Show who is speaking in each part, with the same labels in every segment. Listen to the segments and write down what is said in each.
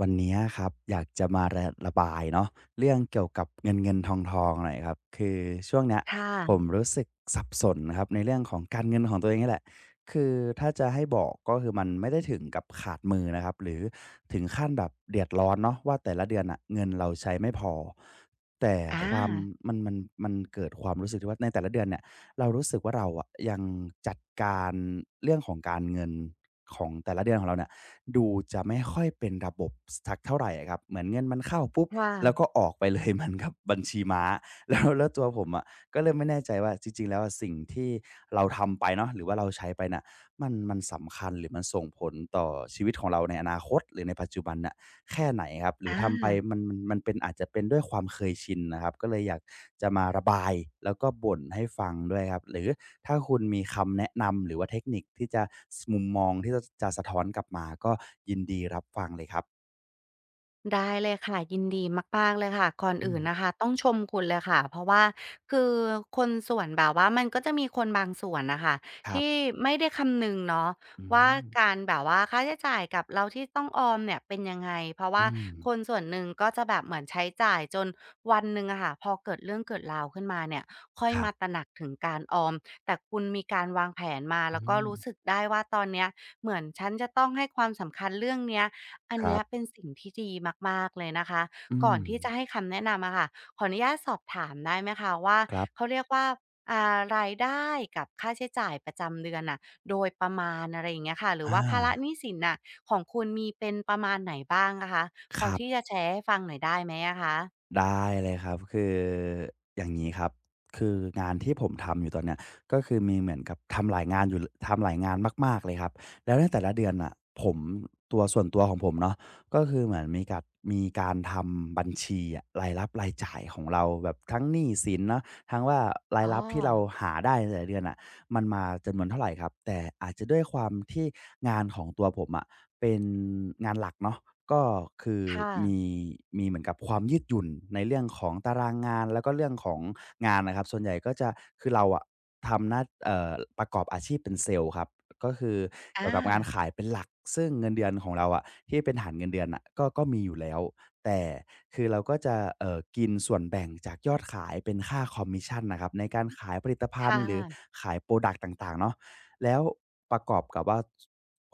Speaker 1: วันเนี้ยครับอยากจะมาระบายเนาะเรื่องเกี่ยวกับเงินทองหน่อยครับคือช่วงเนี้ย
Speaker 2: ค
Speaker 1: ผม
Speaker 2: ่ะ
Speaker 1: รู้สึกสับสนครับในเรื่องของการเงินของตัวเองนี่แหละคือถ้าจะให้บอกก็คือมันไม่ได้ถึงกับขาดมือนะครับหรือถึงขั้นแบบเดือดร้อนเนาะว่าแต่ละเดือนอ่ะเงินเราใช้ไม่พอแต่
Speaker 2: อา
Speaker 1: ความมันมันเกิดความรู้สึกที่ว่าในแต่ละเดือนเนี่ยเรารู้สึกว่าเราอะยังจัดการเรื่องของการเงินของแต่ละเดือนของเราเนี่ย ดูจะไม่ค่อยเป็นระบบสักเท่าไรอะครับเหมือนเงินมันเข้าปุ๊บ
Speaker 2: ค่ะ
Speaker 1: แล้วก็ออกไปเลย เหมือนกับบัญชีม้าแล้วตัวผมอะก็เริ่มไม่แน่ใจว่าจริงๆแล้วอะสิ่งที่เราทำไปเนาะหรือว่าเราใช้ไปน่ะมันสำคัญหรือมันส่งผลต่อชีวิตของเราในอนาคตหรือในปัจจุบันน่ะ แค่ไหนครับหรื
Speaker 2: อ
Speaker 1: อทำไป
Speaker 2: า
Speaker 1: มันเป็นอาจจะเป็นด้วยความเคยชินนะครับก็เลยอยากจะมาระบายแล้วก็บ่นให้ฟังด้วยครับหรือถ้าคุณมีคำแนะนำหรือว่าเทคนิคที่จะสมุมมองที่จะสะท้อนกลับมาก็ยินดีรับฟังเลยครับ
Speaker 2: ได้เลยค่ะยินดีมากๆเลยค่ะก่อน
Speaker 1: อื
Speaker 2: อื่
Speaker 1: ม
Speaker 2: นนะคะต้องชมคุณเลยค่ะเพราะว่าคือคนส่วนแบบว่ามันก็จะมีคนบางส่วนน่ะค่ะ
Speaker 1: ครั
Speaker 2: ที่
Speaker 1: บ
Speaker 2: ไม่ได้คำนึงเนาะ
Speaker 1: อื
Speaker 2: ว่า
Speaker 1: ม
Speaker 2: การแบบว่าค่าใช้จ่ายกับเราที่ต้องออมเนี่ยเป็นยังไงเพราะว่า
Speaker 1: อืม
Speaker 2: คนส่วนหนึ่งก็จะแบบเหมือนใช้จ่ายจนวันหนึ่งอะค่ะพอเกิดเรื่องเกิดราวขึ้นมาเนี่ยค่อย
Speaker 1: ครั
Speaker 2: มาต
Speaker 1: บ
Speaker 2: ระหนักถึงการออมแต่คุณมีการวางแผนมา
Speaker 1: อื
Speaker 2: แล้วก็
Speaker 1: ม
Speaker 2: รู้สึกได้ว่าตอนเนี้ยเหมือนฉันจะต้องให้ความสำคัญเรื่องเนี้ย อัน
Speaker 1: ครั
Speaker 2: เนี้ยเป็น
Speaker 1: บ
Speaker 2: สิ่งที่ดีมากๆเลยนะคะ
Speaker 1: อื
Speaker 2: ก่อน
Speaker 1: ม
Speaker 2: ที่จะให้คำแนะนำอะค่ะขออนุญาตสอบถามได้ไหมคะว่า
Speaker 1: ครับ
Speaker 2: เขาเรียกว่าอ่ารายได้กับค่าใช้จ่ายประจำเดือนน่ะโดยประมาณอะไรอย่างเงี้ยค่ะหรือ
Speaker 1: อา
Speaker 2: ว่าภาระหนี้สินน่ะของคุณมีเป็นประมาณไหนบ้างอะคะพ
Speaker 1: ค
Speaker 2: อ
Speaker 1: รั
Speaker 2: ที่จะ
Speaker 1: บ
Speaker 2: แชร์ให้ฟังหน่อยได้ไหมอะคะ
Speaker 1: ได้เลยครับคืออย่างนี้ครับคืองานที่ผมทำอยู่ตอนเนี้ยก็คือมีเหมือนกับทำหลายงานอยู่ทำหลายงานมากๆเลยครับแล้วในแต่ละเดือนน่ะผมตัวส่วนตัวของผมเนาะก็คือเหมือนมีการทำบัญชีอะรายรับรายจ่ายของเราแบบทั้งหนี้สินเนาะทั้งว่าราย
Speaker 2: อ๋
Speaker 1: รับที่เรา
Speaker 2: อ
Speaker 1: หาได้ในแต่ละเดือนอ่ะ มันมาจำนวนเท่าไรครับแต่อาจจะด้วยความที่งานของตัวผมอะเป็นงานหลักเนาะก็คือ
Speaker 2: ค่ะ
Speaker 1: มีมีเหมือนกับความยืดหยุ่นในเรื่องของตารางงานแล้วก็เรื่องของงานนะครับส่วนใหญ่ก็จะคือเราอะทำหน้าประกอบอาชีพเป็นเซลส์ครับก็คือเกี่ย
Speaker 2: อา
Speaker 1: วกับงานขายเป็นหลักซึ่งเงินเดือนของเราอะที่เป็นฐานเงินเดือนน่ะก็มีอยู่แล้วแต่ คือเราก็จะกินส่วนแบ่งจากยอดขายเป็นค่าคอมมิชชันนะครับในการขายผลิตภัณ
Speaker 2: ค่
Speaker 1: ฑ์หรือ
Speaker 2: ะ
Speaker 1: ขายโปรดักต์ต่างๆเนาะแล้วประกอบกับว่า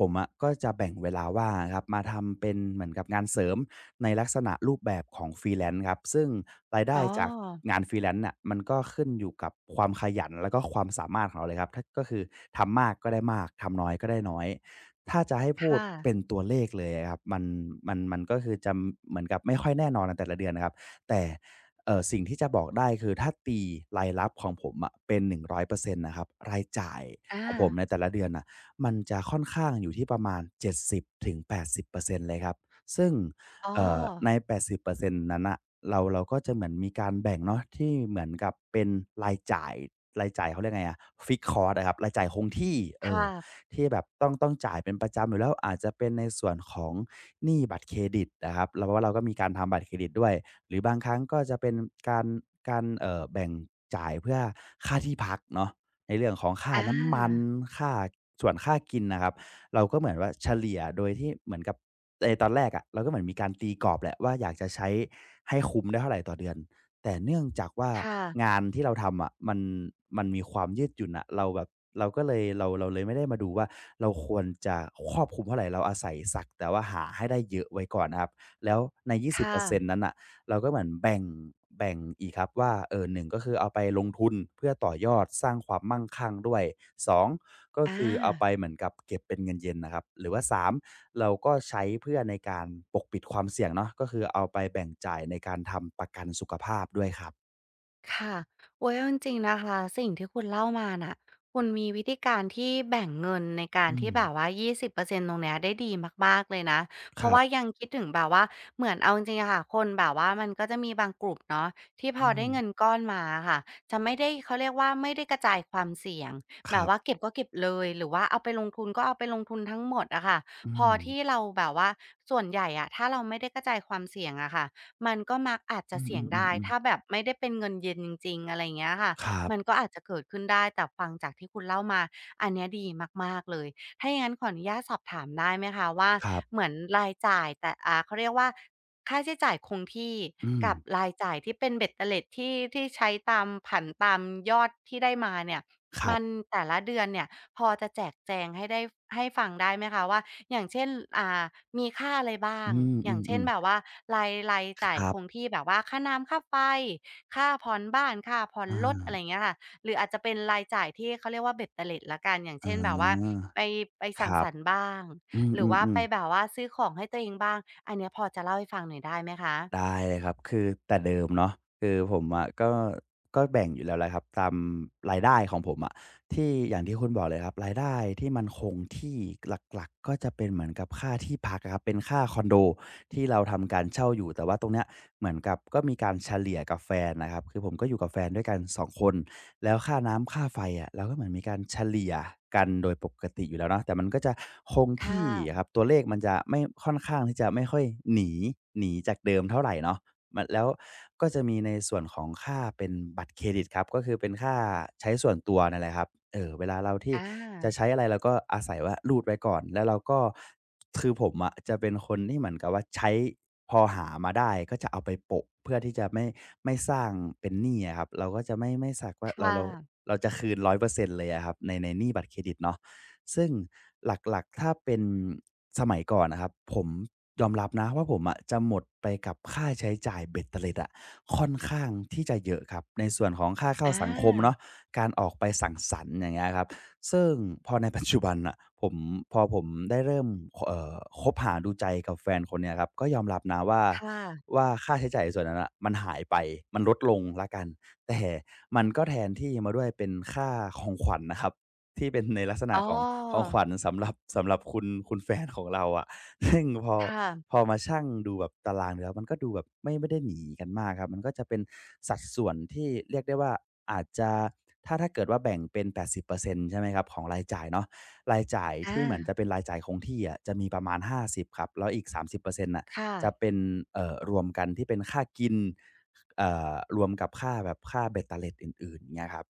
Speaker 1: ผมอะก็จะแบ่งเวลาว่างอะครับมาทำเป็นเหมือนกับงานเสริมในลักษณะรูปแบบของ Freelance ครับซึ่งรายได้
Speaker 2: อ๋อ
Speaker 1: จากงาน Freelance น่ะมันก็ขึ้นอยู่กับความขยันแล้วก็ความสามารถของเราเลยครับถ้าก็คือทำมากก็ได้มากทำน้อยก็ได้น้อย ถ้าจะให้พูด
Speaker 2: ค่ะ
Speaker 1: เป็นตัวเลขเลยอะครับมันก็คือจะเหมือนกับไม่ค่อยแน่นอนในแต่ละเดือนนะครับแต่สิ่งที่จะบอกได้คือถ้าตีรายรับของผมอะเป็น100%นงร้อยเปอร์เซ็นต์นะครับรายจ่าย
Speaker 2: อา
Speaker 1: ของผมในแต่ละเดือนน่ะมันจะค่อนข้างอยู่ที่ประมาณ70-80%เปอร์เซ็นต์เลยครับซึ่ง
Speaker 2: อ๋อ
Speaker 1: ใน80%นต์นั้นน่ะเราก็จะเหมือนมีการแบ่งเนาะที่เหมือนกับเป็นรายจ่ายรายจ่ายเขาเรียกไงอะ Fixed cost อะครับรายจ่ายคงที่เออ
Speaker 2: ค่ะ
Speaker 1: ที่แบบต้องจ่ายเป็นประจำอยู่แล้วอาจจะเป็นในส่วนของหนี้บัตรเครดิตนะครับเราว่าเราก็มีการทำบัตรเครดิตด้วยหรือบางครั้งก็จะเป็นการการแบ่งจ่ายเพื่อค่าที่พักเนาะในเรื่องของค่า
Speaker 2: อา
Speaker 1: น้ำมันค่าส่วนค่ากินนะครับเราก็เหมือนว่าเฉลี่ยโดยที่เหมือนกับในตอนแรกอะเราก็เหมือนมีการตีกรอบแหละว่าอยากจะใช้ให้คุ้มได้เท่าไรต่อเดือน แต่เนื่องจากว่า
Speaker 2: ค่ะ
Speaker 1: งานที่เราทำอะมันมีความยืดหยุ่นอะเราแบบเราก็เลยเราเลยไม่ได้มาดูว่าเราควรจะครอบคลุมเท่าไรเราอาศัยสักแต่ว่าหาให้ได้เยอะไว้ก่อนนะครับแล้วใน
Speaker 2: ค่ะ
Speaker 1: 20%นต์นั้นน่ะเราก็เหมือนแบ่งอีกครับว่าหนึ่งก็คือเอาไปลงทุนเพื่อต่อยอดสร้างความมั่งคั่งด้วยสอง ก็
Speaker 2: อา
Speaker 1: คือเอาไปเหมือนกับเก็บเป็นเงินเย็นนะครับหรือว่า3เราก็ใช้เพื่อในการปกปิดความเสี่ยงเนาะก็คือเอาไปแบ่งจ่ายในการทำประกันสุขภาพด้วยครับ
Speaker 2: ค่ะโอ้ยเอาจริงๆนะคะสิ่งที่คุณเล่ามาน่ะคุณมีวิธีการที่แบ่งเงินในการ
Speaker 1: อื
Speaker 2: ที่
Speaker 1: ม
Speaker 2: แบบว่า20%ตตรงเนี้ยได้ดีมากๆเลยนะเพ
Speaker 1: ค
Speaker 2: ราะ
Speaker 1: รั
Speaker 2: ว่า
Speaker 1: บ
Speaker 2: ยังคิดถึงแบบว่าเหมือนเอาจริงๆอะค่ะคนแบบว่ามันก็จะมีบางกลุ่มเนาะที่พ
Speaker 1: อื
Speaker 2: อได้
Speaker 1: ม
Speaker 2: เงินก้อนมาค่ะจะไม่ได้เขาเรียกว่าไม่ได้กระจายความเสี่ยง
Speaker 1: ค
Speaker 2: แบบ
Speaker 1: รั
Speaker 2: ว่า
Speaker 1: บ
Speaker 2: เก็บก็เก็บเลยหรือว่าเอาไปลงทุนก็เอาไปลงทุนทั้งหมดอะค่ะ
Speaker 1: อื
Speaker 2: พอที่
Speaker 1: ม
Speaker 2: เราแบบว่าส่วนใหญ่อะถ้าเราไม่ได้กระจายความเสี่ยงอะค่ะ มันก็มักอาจ
Speaker 1: อื
Speaker 2: จะเสี่ยง
Speaker 1: ม
Speaker 2: ได้
Speaker 1: ๆ
Speaker 2: ถ้า
Speaker 1: ๆๆ
Speaker 2: แบบไม่ได้เป็นเงินเย็นจริงๆอะไรเงี้ยค่ะ
Speaker 1: ครั
Speaker 2: มัน
Speaker 1: บ
Speaker 2: ก็อาจจะเกิดขึ้นได้แต่ฟังจากที่คุณเล่ามาอันเนี้ยดีมากๆเลยถ้าอย่างงั้นขออนุญาตสอบถามได้ไหมคะว่า
Speaker 1: ครั
Speaker 2: เห
Speaker 1: บ
Speaker 2: มือนรายจ่ายแต่อ่าเขาเรียกว่าค่าใช้จ่ายคงที่
Speaker 1: อืม
Speaker 2: กับรายจ่ายที่เป็นเบ็ดเตล็ดที่ใช้ตามผันตามยอดที่ได้มาเนี่ย
Speaker 1: ครั
Speaker 2: มัน
Speaker 1: บ
Speaker 2: แต่ละเดือนเนี่ยพอจะแจกแจงให้ได้ให้ฟังได้ไหมคะว่า อย่างเช่นอ่ามีค่าอะไรบ้า
Speaker 1: อื
Speaker 2: ง
Speaker 1: ม
Speaker 2: อ
Speaker 1: อื
Speaker 2: ย่างเช่น
Speaker 1: ม
Speaker 2: แบบว่ารายราย
Speaker 1: ๆ
Speaker 2: จ่า
Speaker 1: ค
Speaker 2: ย
Speaker 1: รั
Speaker 2: ค
Speaker 1: บ
Speaker 2: งที่แบบว่าค่าน้ำค่าไฟค่าผ่อนบ้านค่าผ่อน
Speaker 1: อา
Speaker 2: รถอะไรอย่างเงี้ยค่ะหรืออาจจะเป็นรายจ่ายที่เขาเรียกว่าเบ็ดเตล็ดแล้วกันอย่าง
Speaker 1: อ๋
Speaker 2: เช่นแบบว่า
Speaker 1: อ
Speaker 2: ไปไป
Speaker 1: ค
Speaker 2: สัง
Speaker 1: รั
Speaker 2: ส
Speaker 1: บ
Speaker 2: รรค์บ้าง
Speaker 1: อื
Speaker 2: หรือว่า
Speaker 1: ม
Speaker 2: ไป
Speaker 1: ๆๆ
Speaker 2: แบบว่าซื้อของให้ตัวเองบ้างอันเนี้ยพอจะเล่าให้ฟังหน่อยได้ไหมคะ
Speaker 1: ได้เลยครับคือแต่เดิมเนาะคือผมอะก็แบ่งอยู่แล้วแหละครับตามรายได้ของผมอะที่อย่างที่คุณบอกเลยครับรายได้ที่มันคงที่หลักๆก็จะเป็นเหมือนกับค่าที่พักอะครับเป็นค่าคอนโดที่เราทำการเช่าอยู่แต่ว่าตรงเนี้ยเหมือนกับก็มีการเฉลี่ยกับแฟนนะครับคือผมก็อยู่กับแฟนด้วยกัน2คน แล้วค่าน้ำค่าไฟอะเราก็เหมือนมีการเฉลี่ยกันโดยปกติอยู่แล้วเนาะแต่มันก็จะคง
Speaker 2: ค่ะ
Speaker 1: ที่อะครับตัวเลขมันจะไม่ค่อนข้างที่จะไม่ค่อยหนีหนีจากเดิมเท่าไรเนาะ มันแล้วก็จะมีในส่วนของค่าเป็นบัตรเครดิตครับก็คือเป็นค่าใช้ส่วนตัวนั่นแหละครับเออเวลาเราที่
Speaker 2: อ
Speaker 1: จะ
Speaker 2: า
Speaker 1: ใช้อะไรเราก็อาศัยว่ารูดไว้ก่อนแล้วเราก็คือผมอะจะเป็นคนที่เหมือนกับว่าใช้พอหามาได้ก็จะเอาไปโปะเพื่อที่จะไม่สร้างเป็นหนี้อะครับเราก็จะไม่สักว่า
Speaker 2: ค่ะ
Speaker 1: เราจะคืน100%เปอร์เซ็นต์เลยอะครับในหนี้บัตรเครดิตเนาะซึ่งหลักๆถ้าเป็นสมัยก่อนอะครับผม ยอมรับนะว่าผมอะจะหมดไปกับค่าใช้จ่ายเบ็ดเตล็ดอะค่อนข้างที่จะเยอะครับในส่วนของค่าเข้า
Speaker 2: อ
Speaker 1: สังคมเนาะ
Speaker 2: า
Speaker 1: การออกไปสังสรรค์อย่างเงี้ยครับซึ่งพอในปัจจุบันน่ะผมพอผมได้เริ่มเอ่อคบหาดูใจกับแฟนคนเนี้ยครับก็ยอมรับนะว่า
Speaker 2: ค่ะ
Speaker 1: ค่าใช้จ่ายส่วนนั้นน่ะมันหายไปมันลดลงแล้วกันแต่มันก็แทนที่มาด้วยเป็นค่าของขวัญนะครับ ที่เป็นในลักษณะ
Speaker 2: อ๋
Speaker 1: ของของ
Speaker 2: อ
Speaker 1: ขวัญสำหรับคุณแฟนของเราอะ ซึ่งพอ
Speaker 2: ค่ะ
Speaker 1: มาชั่งดูแบบตารางแล้วมันก็ดูแบบไม่ได้หนีกันมากครับมันก็จะเป็นสัดส่วนที่เรียกได้ว่าอาจจะถ้าเกิดว่าแบ่งเป็น80%ใช่ไหมครับของรายจ่ายเนาะรายจ่าย
Speaker 2: อา
Speaker 1: ที่เหมือนจะเป็นรายจ่ายคงที่อะจะมีประมาณ50ครับแล้วอีก30%นต์น่ะ
Speaker 2: ค่ะ
Speaker 1: จะเป็นรวมกันที่เป็นค่ากินรวมกับค่าแบบค่าเบ็ดเตอร์เล็ดอื่นๆเงี้ยครับ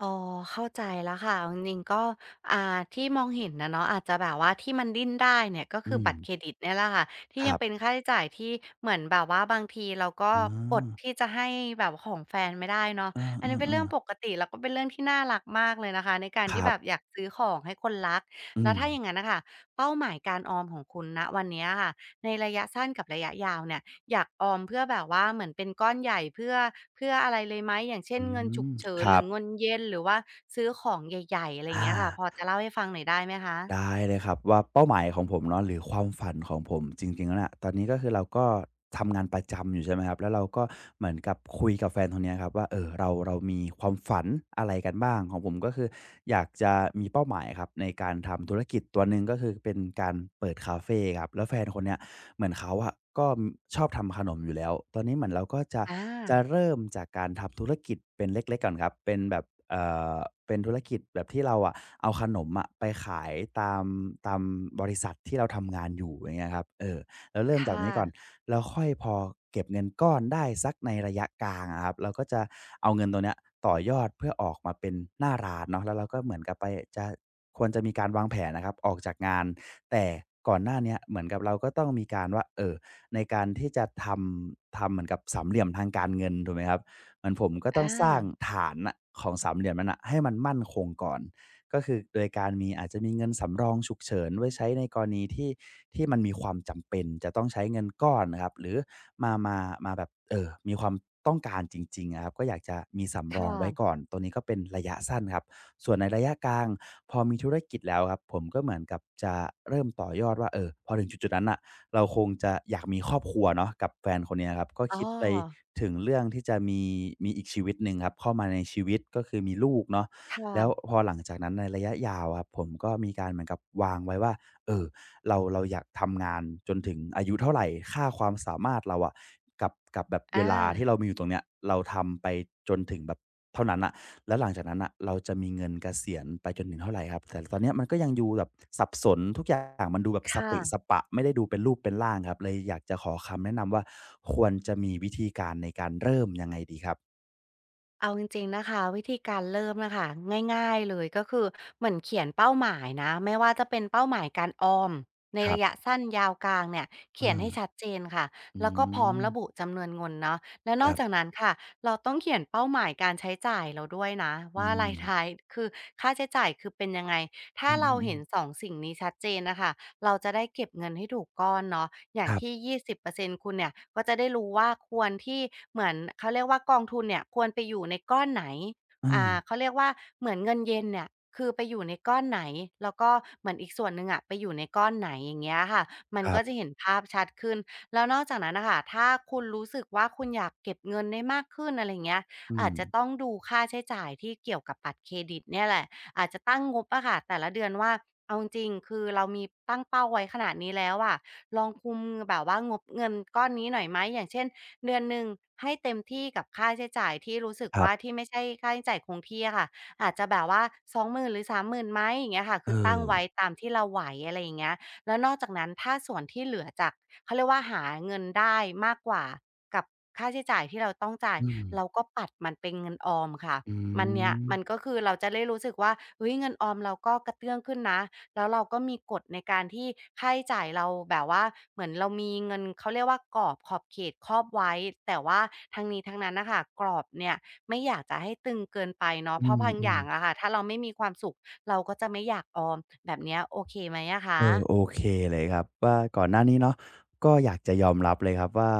Speaker 2: อ๋อเข้าใจแล้วค่ะจริงๆก็อ่าที่มองเห็นนะเนาะอาจจะแบบว่าที่มันดิ้นได้เนี่ยก็คื
Speaker 1: อื
Speaker 2: อ
Speaker 1: ม
Speaker 2: บัตรเครดิตเนี่ยแหละค่ะที่
Speaker 1: ค
Speaker 2: ยั
Speaker 1: รั
Speaker 2: งเป็น
Speaker 1: บ
Speaker 2: ค่าใช้จ่ายที่เหมือนแบบว่าบางทีเราก็
Speaker 1: อื
Speaker 2: อด
Speaker 1: ม
Speaker 2: ที่จะให้แบบของแฟนไม่ได้เนาะ
Speaker 1: เอ
Speaker 2: อันนี้เป็นเรื่อ
Speaker 1: อ
Speaker 2: งป
Speaker 1: ๆ
Speaker 2: กติแล้วก็เป็นเรื่องที่น่ารักมากเลยนะคะในการ
Speaker 1: ๆค
Speaker 2: ที่
Speaker 1: รั
Speaker 2: แบ
Speaker 1: บ
Speaker 2: บอยากซื้อของให้คนรัก
Speaker 1: อื
Speaker 2: แล้ว
Speaker 1: ม
Speaker 2: ถ้าอย่างนั้นนะคะเป้าหมายการออมของคุณณวันเนี้ยค่ะในระยะสั้นกับระยะยาวเนี่ย อยากออมเพื่อแบบว่าเหมือนเป็นก้อนใหญ่เพื่อเพื่ออะไรเลยไหมอย่างเช่น
Speaker 1: อื
Speaker 2: เงินฉุ
Speaker 1: ม
Speaker 2: กเฉิ
Speaker 1: ค
Speaker 2: นห
Speaker 1: รั
Speaker 2: รือ
Speaker 1: บ
Speaker 2: เงินเย็นหรือว่าซื้อของใหญ่ๆอะไรอย่าง
Speaker 1: อา
Speaker 2: เงี้ยค่ะพอจะเล่าให้ฟังหน่อยได้ไหมคะ
Speaker 1: ได้เลยครับว่าเป้าหมายของผมเนาะหรือความฝันของผมจริงๆแล้วน่ะตอนนี้ก็คือเราก็ทำงานประจำอยู่ใช่ไหมครับแล้วเราก็เหมือนกับคุยกับแฟนคนเนี้ยครับว่าเออเรามีความฝันอะไรกันบ้างของผมก็คืออยากจะมีเป้าหมายครับในการทำธุรกิจตัวหนึ่งก็คือเป็นการเปิดคาเฟครับแล้วแฟนคนเนี้ยเหมือนเขาอะก็ชอบทำขนมอยู่แล้วตอนนี้เหมือนเราก็จะ
Speaker 2: อา
Speaker 1: เริ่มจากการทำธุรกิจเป็นเล็กๆก่อนครับเป็นแบบ เอ่อเป็นธุรกิจแบบที่เราอะเอาขนมอะไปขายตามตามบริษัทที่เราทำงานอยู่อย่างเงี้ยครับเออแล้วเริ่
Speaker 2: ค
Speaker 1: มจากนี้ก่อน
Speaker 2: ่ะ
Speaker 1: แล้วค่อยพอเก็บเงินก้อนได้สักในระยะกลางอะครับเราก็จะเอาเงินตัวเนี้ยต่อยอดเพื่อออกมาเป็นหน้าร้านเนาะแล้วเราก็เหมือนกับไปจะควรจะมีการวางแผนนะครับออกจากงานแต่ก่อนหน้าเนี้ยเหมือนกับเราก็ต้องมีการว่าเออในการที่จะทำเหมือนกับสามเหลี่ยมทางการเงินถูกไหมครับ เหมือนผมก็
Speaker 2: อ
Speaker 1: ต้องสร้าง
Speaker 2: า
Speaker 1: ฐานน่ะของสามเหลี่ยมนั้นน่ะให้มันมั่นคงก่อนก็คือโดยการมีอาจจะมีเงินสำรองฉุกเฉินไว้ใช้ในกรณีที่มันมีความจำเป็นจะต้องใช้เงินก้อนนะครับหรือมามามาแบบมีความต้องการจริงๆอะครับก็อยากจะมีสำ
Speaker 2: ค
Speaker 1: รองไว้
Speaker 2: ่ะ
Speaker 1: ก่อนตัวนี้ก็เป็นระยะสั้นครับส่วนในระยะกลางพอมีธุรกิจแล้วครับผมก็เหมือนกับจะเริ่มต่อยอดว่าพอถึงจุดๆนั้นน่ะ เราคงจะอยากมีครอบครัวเนาะกับแฟนคนเนี้ยครับก็
Speaker 2: อ้อ
Speaker 1: คิดไปถึงเรื่องที่จะมีอีกชีวิตหนึ่งครับเข้ามาในชีวิตก็คือมีลูกเนาะ
Speaker 2: ค่ะ
Speaker 1: แล้วพอหลังจากนั้นในระยะยาวอะครับผมก็มีการเหมือนกับวางไว้ว่าเอ่อ เราอยากทำงานจนถึงอายุเท่าไรค่าความสามารถเราอะกับแบบเว
Speaker 2: อา
Speaker 1: ลาที่เรามีอยู่ตรงเนี้ยเราทำไปจนถึงแบบเท่านั้นน่ะแล้วหลังจากนั้นน่ะเราจะมีเงินเกษียณไปจนถึงเท่าไรครับแต่ตอนเนี้ยมันก็ยังดูแบบสับสนทุกอย่างมันดูแบบสะ
Speaker 2: ค่ะ
Speaker 1: เปะสะปะไม่ได้ดูเป็นรูปเป็นร่างครับเลยอยากจะขอคำแนะนำว่าควรจะมีวิธีการในการเริ่มยังไงดีครับ
Speaker 2: เอาจริงๆนะคะวิธีการเริ่มนะคะง่ายๆเลยก็คือเหมือนเขียนเป้าหมายนะไม่ว่าจะเป็นเป้าหมายการออมใน
Speaker 1: ครั
Speaker 2: ระยะ
Speaker 1: บ
Speaker 2: สั้นยาวกลางเนี่ย
Speaker 1: อา
Speaker 2: เขียนให้ชัดเจนค่ะ
Speaker 1: อื
Speaker 2: แล้วก็พร้อม
Speaker 1: ม
Speaker 2: ระบุจำนวนเงินเนาะและ
Speaker 1: ค
Speaker 2: นอก
Speaker 1: รั
Speaker 2: จาก
Speaker 1: บ
Speaker 2: นั้นค่ะเราต้องเขียนเป้าหมายการใช้จ่ายเราด้วยนะ
Speaker 1: อื
Speaker 2: ว่ารา
Speaker 1: ม
Speaker 2: ย ท้ายคือค่าใช้จ่ายคือเป็นยังไงถ้า
Speaker 1: อื
Speaker 2: เรา
Speaker 1: อ
Speaker 2: เห็น
Speaker 1: ๆ
Speaker 2: สองสิ่งนี้ชัดเจนนะคะ เราจะได้เก็บเงินให้ถูกก้อนเนาะอ
Speaker 1: ๆค
Speaker 2: ย่าง
Speaker 1: รับ
Speaker 2: ที่20%คุณเนี่ยก็จะได้รู้ว่าควรที่เหมือนเขาเรียกว่ากองทุนเนี่ยควรไปอยู่ในก้อนไหนอ่า
Speaker 1: เออ
Speaker 2: เขาเรียกว่าเหมือนเงินเย็นเนี่ยคือไปอยู่ในก้อนไหนแล้วก็เหมือนอีกส่วนหนึ่งอะไปอยู่ในก้อนไหนอย่างเงี้ยค่ะมัน
Speaker 1: ครั
Speaker 2: ก็จะ
Speaker 1: บ
Speaker 2: เห็นภาพชัดขึ้นแล้วนอกจากนั้นน่ะค่ะถ้าคุณรู้สึกว่าคุณอยากเก็บเงินได้มากขึ้นอะไรอย่างเงี้ย
Speaker 1: อื
Speaker 2: อา
Speaker 1: ม
Speaker 2: จจะต้องดูค่าใช้จ่ายที่เกี่ยวกับบัตรเครดิตเนี่ยแหละ อาจจะตั้งงบอะค่ะแต่ละเดือนว่าเอาจริงๆคือเรามีตั้งเป้าไว้ขนาดนี้แล้วอะลองคุมแบบว่างบเงินก้อนนี้หน่อยไหมอย่างเช่นเดือนหนึ่งให้เต็มที่กับค่าใช้จ่ายที่รู้สึก
Speaker 1: ครั
Speaker 2: ว่า
Speaker 1: บ
Speaker 2: ที่ไม่ใช่ค่าใช้จ่ายคงที่อะค่ะอาจจะแบบว่าสองหมื่นหรือสามห0 0 0นไหมอย่างเงี้ยค่ะ
Speaker 1: เอ
Speaker 2: คื
Speaker 1: อ
Speaker 2: อตั้งไว้ตามที่เราไหวอะไรอย่างเงี้ยแล้วนอกจากนั้นถ้าส่วนที่เหลือจากเขาเรียกว่าหาเงินได้มากกว่ากับค่าใช้จ่ายที่เราต้องจ่าย
Speaker 1: อืม
Speaker 2: เราก็ปัดมันเป็นเงินออมค่ะ
Speaker 1: อื
Speaker 2: มันเนี้ย
Speaker 1: ม
Speaker 2: มันก็คือเราจะได้รู้สึกว่าเฮ้ยเงินออมเราก็กระเตื้องขึ้นนะแล้วเราก็มีกฎในการที่ค่าใช้จ่ายเราแบบว่าเหมือนเรามีเงินเขาเรียกว่ากรอบขอบเขตครอบไว้แต่ว่าทั้งนี้ทั้งนั้นนะคะกรอบเนี่ยไม่อยากจะให้ตึงเกินไปเนาะ
Speaker 1: อื
Speaker 2: เพราะ
Speaker 1: ม
Speaker 2: บาง
Speaker 1: อื
Speaker 2: อ
Speaker 1: ม
Speaker 2: ย่างอะค่ะถ้าเราไม่มีความสุขเราก็จะไม่อยากออมแบบเนี้ยโอเคไหมอะ
Speaker 1: เอ
Speaker 2: คะ
Speaker 1: อโอเคเลยครับว่าก่อนหน้านี้เนาะก็อยากจะยอมรับเลยครับว่า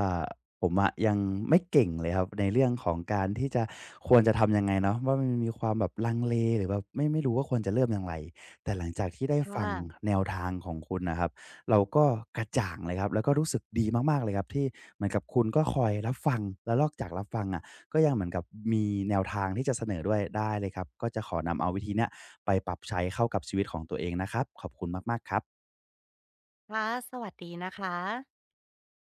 Speaker 1: ผมอะยังไม่เก่งเลยครับในเรื่องของการที่จะควรจะทำยังไงเนาะว่ามันมีความแบบลังเลหรือแบบไม่รู้ว่าควรจะเริ่มอย่างไรแต่หลังจากที่ได้ฟั
Speaker 2: ค่ะ
Speaker 1: งแนวทางของคุณน่ะครับเราก็กระจ่างเลยครับแล้วก็รู้สึกดีมากๆเลยครับที่เหมือนกับคุณก็คอยรับฟังแล้วนอกจากรับฟังอะก็ยังเหมือนกับมีแนวทางที่จะเสนอด้วยได้เลยครับก็จะขอนำเอาวิธีเนี้ยไปปรับใช้เข้ากับชีวิตของตัวเองนะครับขอบคุณมากๆครับ
Speaker 2: ค่ะสวัสดีนะคะ